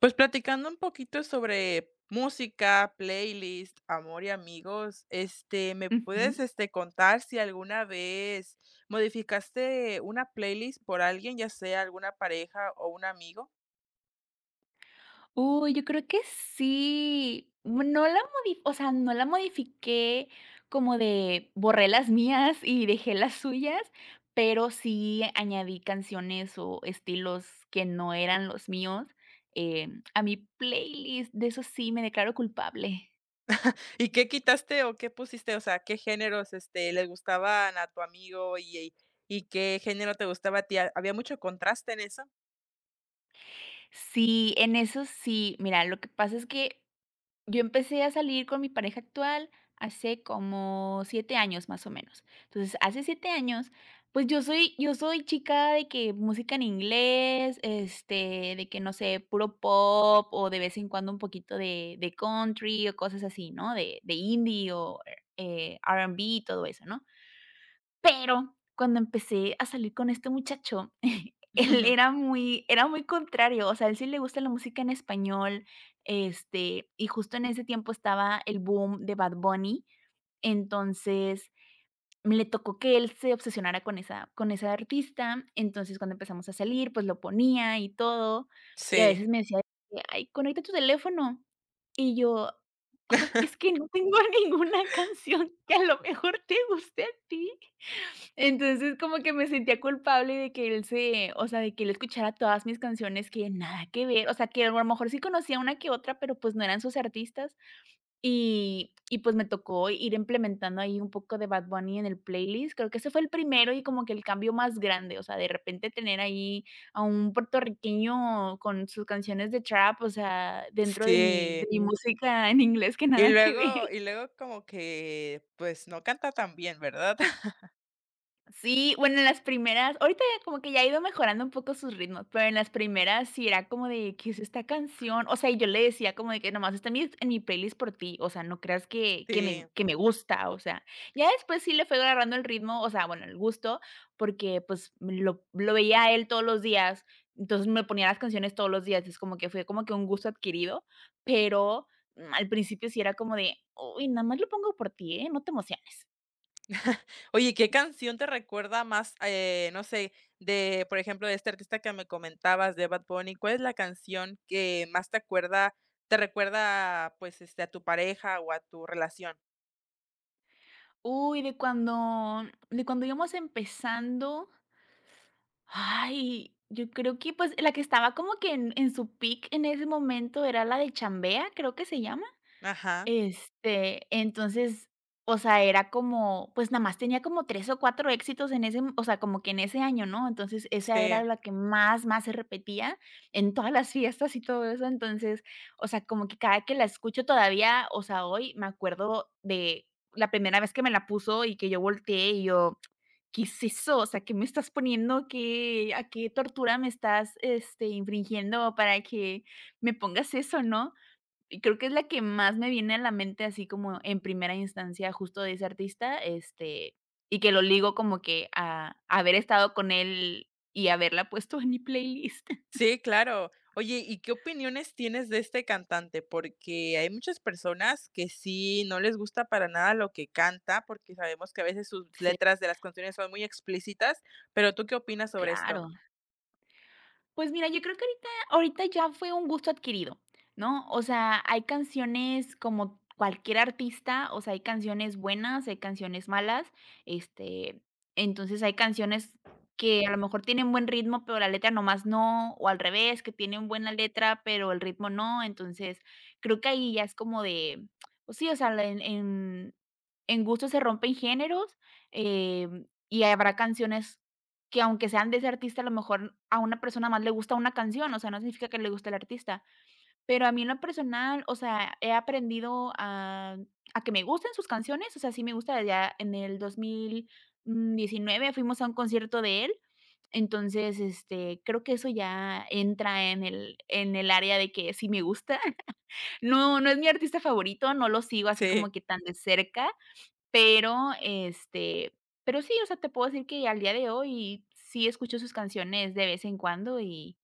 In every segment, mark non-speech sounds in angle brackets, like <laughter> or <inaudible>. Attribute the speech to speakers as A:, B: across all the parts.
A: Pues platicando un poquito sobre música, playlist, amor y amigos, ¿me puedes,
B: Ujú.
A: contar si alguna vez modificaste una playlist por alguien, ya sea alguna pareja o un amigo?
B: Uy, yo creo que sí. No la modi o sea, No la modifiqué como de borré las mías y dejé las suyas, pero sí añadí canciones o estilos que no eran los míos, a mi playlist, de eso sí me declaro culpable.
A: ¿Y qué quitaste o qué pusiste? O sea, ¿qué géneros, les gustaban a tu amigo y qué género te gustaba a ti? ¿Había mucho contraste en eso?
B: Sí, en eso sí. Mira, lo que pasa es que yo empecé a salir con mi pareja actual hace como 7 años, más o menos. Entonces, hace 7 años, pues yo soy chica de que música en inglés, este, de que, no sé, puro pop o de vez en cuando un poquito de country o cosas así, ¿no? De indie o, R&B y todo eso, ¿no? Pero cuando empecé a salir con este muchacho, <laughs> él
A: <laughs>
B: era muy contrario, o sea, él sí le gusta la música en español, este, y justo en ese tiempo estaba el boom de Bad Bunny, entonces, le tocó que él se obsesionara con esa artista. Entonces, cuando empezamos a salir, pues, lo ponía y todo, y a
A: Sí.
B: veces me decía de que: "Ay, conecta tu teléfono", y yo: "Ay, es
A: <laughs>
B: que no tengo <laughs> ninguna canción que a lo mejor te guste a ti". Entonces, como que me sentía culpable de que él se o sea, de que él escuchara todas mis canciones que nada que ver, o sea, que a lo mejor sí conocía una que otra, pero, pues, no eran sus artistas, pues, me tocó ir implementando ahí un poco de Bad Bunny en el playlist. Creo que ese fue el primero y como que el cambio más grande, o sea, de repente tener ahí a un puertorriqueño con sus canciones de trap, o sea, dentro de
A: Sí.
B: mi música en inglés que
A: Y
B: nada que ver.
A: luego y luego como que, pues, no canta tan bien, ¿verdad? <laughs>
B: Sí, bueno, en las primeras ahorita ya como que ya ha ido mejorando un poco sus ritmos, pero en las primeras sí era como de: "¿Qué es esta canción?". O sea, y yo le decía como de que: "Nomás está en mi playlist por ti, o sea, no creas que que
A: Sí.
B: me que me gusta", o sea, ya después sí le fue agarrando el ritmo, o sea, bueno, el gusto, porque, pues, lo veía a él todos los días, entonces me ponía las canciones todos los días, es como que fue como que un gusto adquirido, pero, al principio sí era como de: "Uy, nada más lo pongo por ti, ¿eh? No te emociones".
A: <laughs> Oye, ¿qué canción te recuerda más, no sé, de, por ejemplo, de este artista que me comentabas, de Bad Bunny? ¿Cuál es la canción que más te acuerda, te recuerda, pues, a tu pareja o a tu relación?
B: Uy, de cuando íbamos empezando, ay, yo creo que, pues, la que estaba como que en su peak en ese momento era la de Chambea, creo que se llama.
A: Ajá.
B: Este, entonces, o sea, era como, pues, nada más tenía como 3 o 4 éxitos en ese, o sea, como que en ese año, ¿no? Entonces, esa
A: Sí.
B: era la que más, más se repetía en todas las fiestas y todo eso. Entonces, o sea, como que cada que la escucho todavía, o sea, hoy me acuerdo de la primera vez que me la puso y que yo volteé y yo: "¿Qué es eso? O sea, ¿qué me estás poniendo? ¿Qué a qué tortura me estás, infringiendo para que me pongas eso?", ¿no? Y creo que es la que más me viene a la mente así como en primera instancia justo de ese artista, este, y que lo ligo como que a haber estado con él y haberla puesto en mi playlist. <laughs>
A: Sí, claro. Oye, ¿y qué opiniones tienes de este cantante? Porque hay muchas personas que sí no les gusta para nada lo que canta, porque sabemos que a veces sus
B: Sí.
A: letras de las canciones son muy explícitas, pero ¿tú qué opinas sobre esto?
B: Claro. Pues mira, yo creo que ahorita ya fue un gusto adquirido, ¿no? O sea, hay canciones como cualquier artista, o sea, hay canciones buenas, hay canciones malas, este, entonces hay canciones que a lo mejor tienen buen ritmo, pero la letra nomás no, o al revés, que tienen buena letra, pero el ritmo no. Entonces creo que ahí ya es como de, pues sí, o sea, en gusto se rompen géneros, y habrá canciones que aunque sean de ese artista, a lo mejor a una persona más le gusta una canción, o sea, no significa que le guste el artista. Pero a mí en lo personal, o sea, he aprendido a que me gusten sus canciones, o sea, sí me gusta, ya en el 2019 fuimos a un concierto de él. Entonces, este, creo que eso ya entra en el área de que sí me gusta. <laughs> No, no es mi artista favorito, no lo sigo así como
A: Sí.
B: que tan de cerca, pero, pero sí, o sea, te puedo decir que al día de hoy sí escucho sus canciones de vez en cuando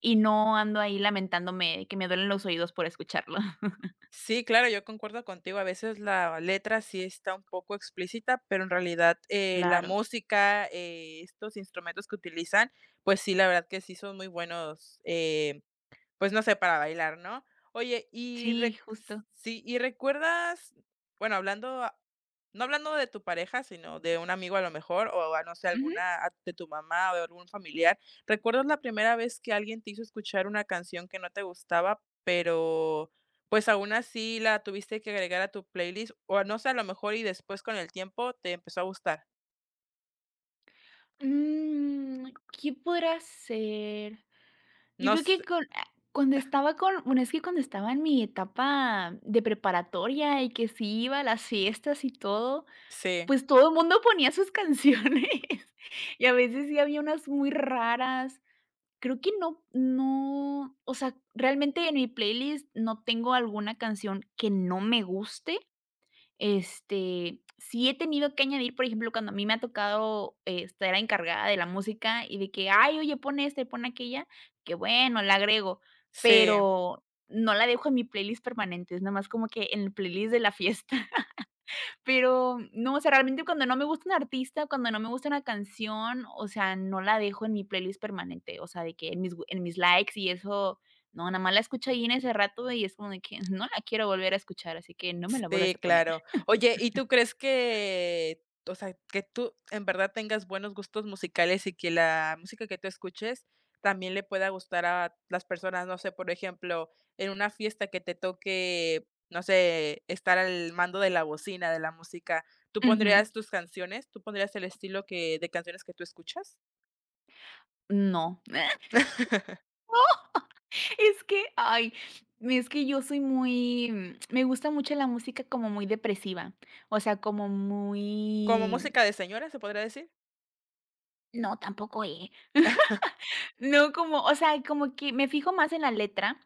B: y no ando ahí lamentándome de que me duelen los oídos por escucharlo. <laughs>
A: Sí, claro, yo concuerdo contigo. A veces la letra sí está un poco explícita, pero en realidad, la
B: Claro.
A: música, estos instrumentos que utilizan, pues sí, la verdad que sí son muy buenos, pues no sé, para bailar, ¿no? Oye, y
B: Sí,
A: re-
B: justo.
A: sí, y recuerdas, bueno, hablando, no hablando de tu pareja, sino de un amigo a lo mejor, o a, no sé,
B: Ujú.
A: de tu mamá o de algún familiar, ¿recuerdas la primera vez que alguien te hizo escuchar una canción que no te gustaba, pero pues aún así la tuviste que agregar a tu playlist? O no sé, a lo mejor y después con el tiempo te empezó a gustar.
B: Mm, ¿qué podrá ser? Yo
A: No
B: creo que
A: sé,
B: con ah, cuando estaba con bueno, es que cuando estaba en mi etapa de preparatoria y que sí iba a las fiestas y todo,
A: sí,
B: pues todo el mundo ponía sus canciones <laughs> y a veces sí había unas muy raras. Creo que no, o sea, realmente en mi playlist no tengo alguna canción que no me guste. Este, sí he tenido que añadir, por ejemplo, cuando a mí me ha tocado estar encargada de la música y de que: "Ay, oye, pone esta y pon aquella", que bueno, la agrego,
A: sí.
B: pero no la dejo en mi playlist permanente, es nada más como que en el playlist de la fiesta. Pero no, o sea, realmente cuando no me gusta un artista, cuando no me gusta una canción, o sea, no la dejo en mi playlist permanente, o sea, de que en mis likes y eso, no, nada más la escucho ahí en ese rato y es como de que <laughs> no la quiero volver a escuchar, así que no me la vuelvas
A: Sí,
B: a poner.
A: claro. Oye, ¿y tú crees que, o sea, que tú en verdad tengas buenos gustos musicales y que la música que tú escuches también le pueda gustar a las personas? No sé, por ejemplo, en una fiesta que te toque, no sé, estar al mando de la bocina, de la música, ¿tú
B: Ujú.
A: pondrías tus canciones? ¿Tú pondrías el estilo que de canciones que tú escuchas?
B: No. <laughs>
A: <laughs>
B: Es que, ay, es que yo soy muy me gusta mucho la música como muy depresiva, o sea, como
A: Como
B: muy
A: música de señora, se podría decir.
B: no, tampoco, eh. No, como, o sea, como que me fijo más en la letra.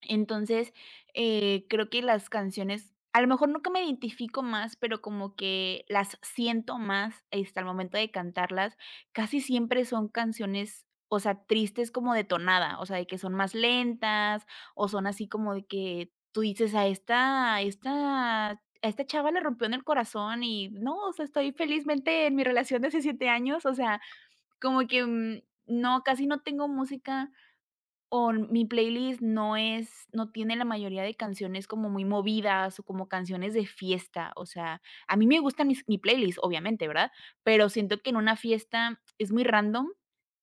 B: Entonces, creo que las canciones, a lo mejor nunca me identifico más, pero como que las siento más, hasta el momento de cantarlas, casi siempre son canciones, o sea, tristes como de tonada, o sea, de que son más lentas, o son así como de que tú dices: A esta chava le rompió en el corazón y no, o sea, estoy felizmente en mi relación de hace 7 años", o sea, como que, no, casi no tengo música o mi playlist no tiene la mayoría de canciones como muy movidas o como canciones de fiesta, o sea, a mí me gustan mis mi playlist, obviamente, ¿verdad? Pero siento que en una fiesta es muy random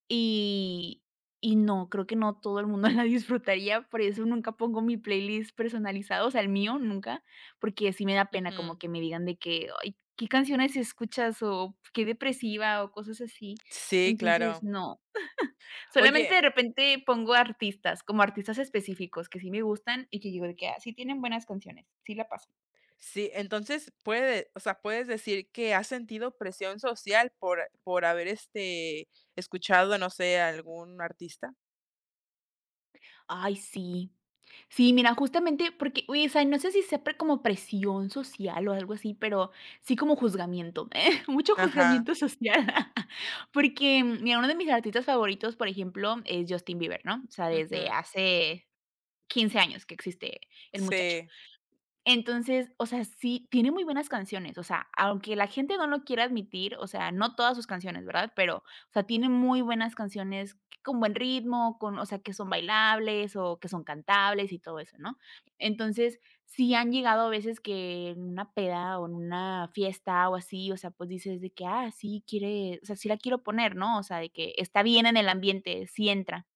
B: y y no, creo que no todo el mundo <laughs> la disfrutaría, por eso nunca pongo mi playlist personalizado, o sea, el mío nunca, porque sí me da pena como
A: Ujú.
B: que me digan de que: "Ay, ¿qué canciones escuchas?", o "Qué depresiva", o cosas así.
A: Sí,
B: Entonces,
A: claro.
B: no. Solamente
A: Oye.
B: de repente pongo artistas, como artistas específicos que sí me gustan y que digo de que, ah, sí tienen buenas canciones, sí la pasan.
A: Sí, entonces puede, o sea, puedes decir que has sentido presión social por haber, escuchado, no sé, a algún artista.
B: Ay, sí. Sí, mira, justamente porque, oye, o sea, no sé si sea pre- como presión social o algo así, pero sí como juzgamiento, <laughs> ¿eh? Mucho
A: Ajá,
B: juzgamiento social. <laughs> Porque, mira, uno de mis artistas favoritos, por ejemplo, es Justin Bieber, ¿no? O sea, desde
A: ujú.
B: hace 15 años que existe el muchacho.
A: Sí,
B: Entonces, o sea, sí, tiene muy buenas canciones, o sea, aunque la gente no lo quiera admitir, o sea, no todas sus canciones, ¿verdad? Pero, o sea, tiene muy buenas canciones con buen ritmo, con, o sea, que son bailables o que son cantables y todo eso, ¿no? Entonces, sí han llegado a veces que en una peda o en una fiesta o así, o sea, pues dices de que, ah, sí, o sea, sí la quiero poner, ¿no? O sea, de que está bien en el ambiente, sí entra.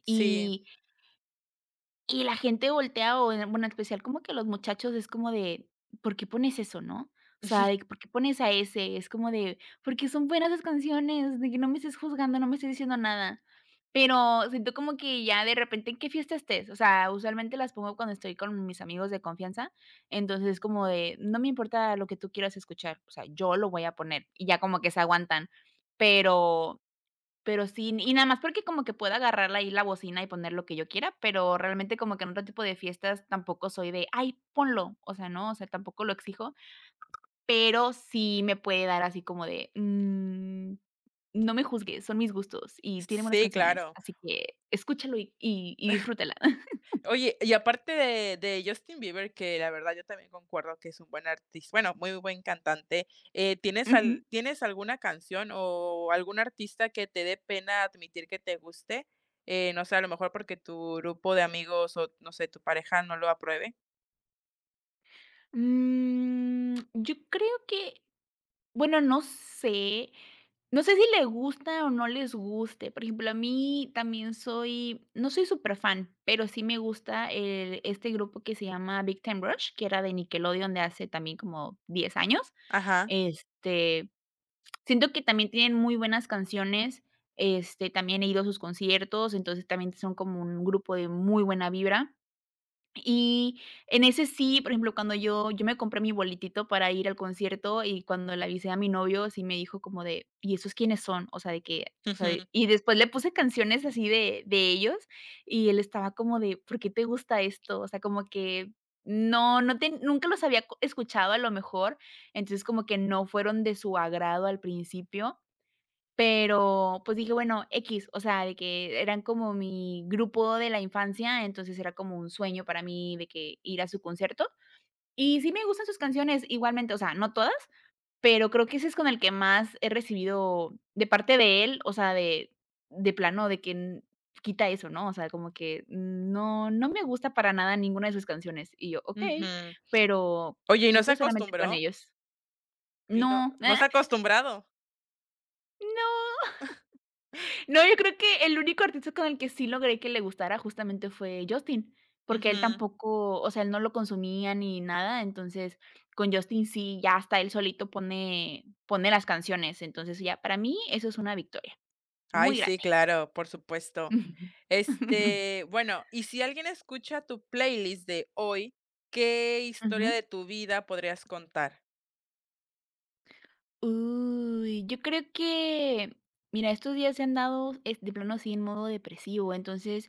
A: sí, mm.
B: Y y la gente voltea en especial como que los muchachos es como de: "¿Por qué pones eso?", ¿no? O sea, de "¿Por qué pones a ese?". Es como de: "Porque son buenas las canciones, de que no me estés juzgando, no me estés diciendo nada". Pero siento como que ya de repente, ¿en qué fiesta estés? O sea, usualmente las pongo cuando estoy con mis amigos de confianza, entonces es como de: "No me importa lo que tú quieras escuchar, o sea, yo lo voy a poner", y ya como que se aguantan. Pero pero sí, y nada más porque como que pueda agarrar ahí la bocina y poner lo que yo quiera, pero realmente como que en otro tipo de fiestas tampoco soy de: "Ay, ponlo", o sea, no, o sea, tampoco lo exijo, pero sí me puede dar así como de: "Mm, no me juzgues, son mis gustos y tiene buenas
A: Sí,
B: canciones,
A: claro.
B: así que escúchalo y disfrútala". <laughs>
A: Oye, y aparte de Justin Bieber, que la verdad yo también concuerdo que es un buen artis bueno, muy buen cantante,
B: Ujú.
A: ¿tienes alguna canción o algún artista que te dé pena admitir que te guste? No sé, a lo mejor porque tu grupo de amigos o, no sé, tu pareja no lo apruebe.
B: Mm, yo creo que bueno, no sé. No sé si le gusta o no les guste. Por ejemplo, a mí también soy no soy súper fan, pero sí me gusta el este grupo que se llama Big Time Rush, que era de Nickelodeon de hace también como 10 años.
A: Ajá.
B: Este, siento que también tienen muy buenas canciones, este, también he ido a sus conciertos, entonces también son como un grupo de muy buena vibra. Y en ese sí, por ejemplo, cuando yo me compré mi boletito para ir al concierto y cuando le avisé a mi novio, sí me dijo como de: "¿Y esos quiénes son?". O sea, de que, o sea,
A: Ujú,
B: y después le puse canciones así de ellos y él estaba como de: "¿Por qué te gusta esto?". O sea, como que no no te nunca los había co escuchado a lo mejor, entonces como que no fueron de su agrado al principio. Pero, pues dije: "Bueno, X, o sea, de que eran como mi grupo de la infancia, entonces era como un sueño para mí de que ir a su concierto. Y sí me gustan sus canciones igualmente, o sea, no todas, pero creo que ese es con el que más he recibido de parte de él, o sea, de plano de que, mm, quita eso, ¿no? O sea, como que no me gusta para nada ninguna de sus canciones. Y yo: "Okey",
A: ujú.
B: pero
A: Oye, ¿y no
B: creo
A: se
B: que solamente con
A: acostumbró?
B: ellos.
A: ¿Y no
B: No,
A: no se ha
B: <laughs>
A: acostumbrado?
B: no. No, yo creo que el único artista con el que sí logré que le gustara justamente fue Justin, porque él
A: Ujú.
B: tampoco, o sea, él no lo consumía ni nada, entonces con Justin sí, ya hasta él solito pone las canciones, entonces ya para mí eso es una victoria
A: Ay,
B: muy
A: sí,
B: grande.
A: claro, por supuesto.
B: <laughs>
A: Bueno, y si alguien escucha tu playlist de hoy, ¿qué historia
B: Ujú.
A: de tu vida podrías contar?
B: Uy, yo creo que, mira, estos días he andado, es de plano así en modo depresivo, entonces,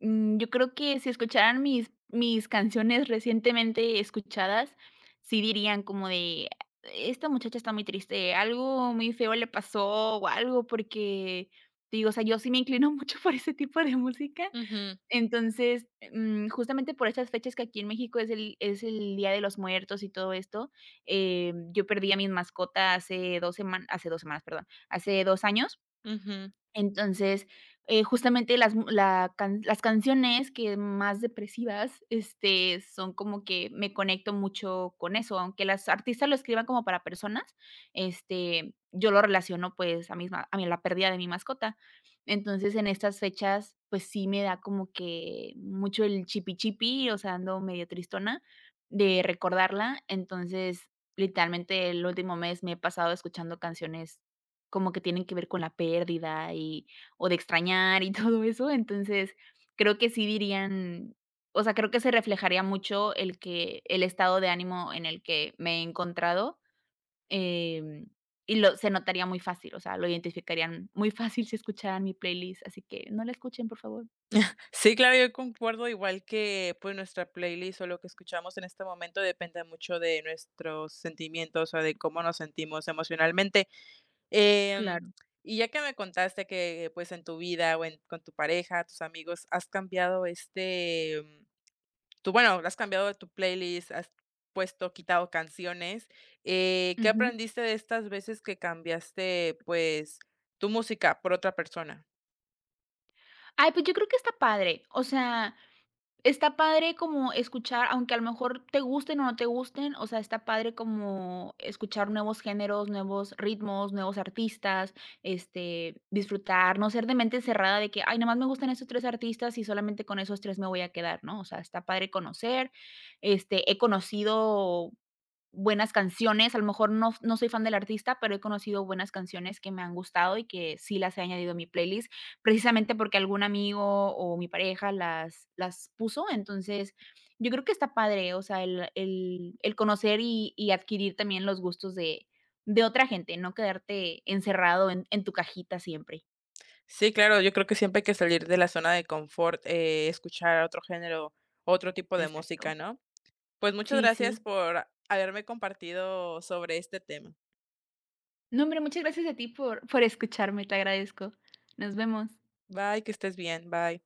B: mm, yo creo que si escucharan mis canciones recientemente escuchadas, sí dirían como de: "Esta muchacha está muy triste, algo muy feo le pasó o algo", porque, te digo, o sea, yo sí me inclino <laughs> mucho por ese tipo de música,
A: Ujú,
B: entonces, mm, justamente por estas fechas que aquí en México es el Día de los Muertos y todo esto, yo perdí a mis mascotas hace 2 semanas, hace 2 semanas, perdón, hace 2 años.
A: ujú.
B: Entonces, justamente las canciones que más depresivas, este, son como que me conecto mucho con eso, aunque las artistas lo escriban como para personas, este, yo lo relaciono, pues, a mi la pérdida de mi mascota. Entonces, en estas fechas, pues, sí me da como que mucho el chipi chipi, o sea, ando medio tristona de recordarla. Entonces, literalmente, el último mes me he pasado escuchando canciones como que tienen que ver con la pérdida y o de extrañar y <laughs> todo eso. Entonces, creo que sí dirían o sea, creo que se reflejaría mucho el estado de ánimo en el que me he encontrado, em, y lo se notaría muy fácil, o sea, lo identificarían muy fácil si escucharan mi playlist, así que no la escuchen, por favor.
A: Sí, claro, yo concuerdo, igual que, pues, nuestra playlist o lo que escuchamos en este momento depende mucho de nuestros sentimientos, o de cómo nos sentimos emocionalmente. Em,
B: Claro.
A: y ya que me contaste que, pues, en tu vida o en con tu pareja, tus amigos, has cambiado, tú, bueno, has cambiado tu playlist, has puesto, quitado canciones, ¿qué
B: Ujú.
A: aprendiste de estas veces que cambiaste, pues, tu música por otra persona?
B: Ay, pues yo creo que está padre, o sea, está padre como escuchar, aunque a lo mejor te gusten o no te gusten, o sea, está padre como escuchar nuevos géneros, nuevos ritmos, nuevos artistas, este, disfrutar, no ser de mente cerrada de que, ay, nomás me gustan esos 3 artistas y solamente con esos 3 me voy a quedar, ¿no? O sea, está padre conocer, este, he conocido buenas canciones, a lo mejor no soy fan del artista, pero he conocido buenas canciones que me han gustado y que sí las he añadido a mi playlist, precisamente porque algún amigo o mi pareja las puso. Entonces, yo creo que está padre, o sea, el conocer y adquirir también los gustos de otra gente, no quedarte encerrado en tu cajita siempre.
A: Sí, claro, yo creo que siempre hay que salir de la zona de confort, escuchar otro género, otro tipo de
B: Exacto.
A: música, ¿no? Pues, muchas
B: Sí,
A: gracias
B: sí.
A: por haberme compartido sobre este tema.
B: No, hombre, muchas gracias a ti por escucharme, te agradezco. Nos vemos.
A: Bye, que estés bien, bye.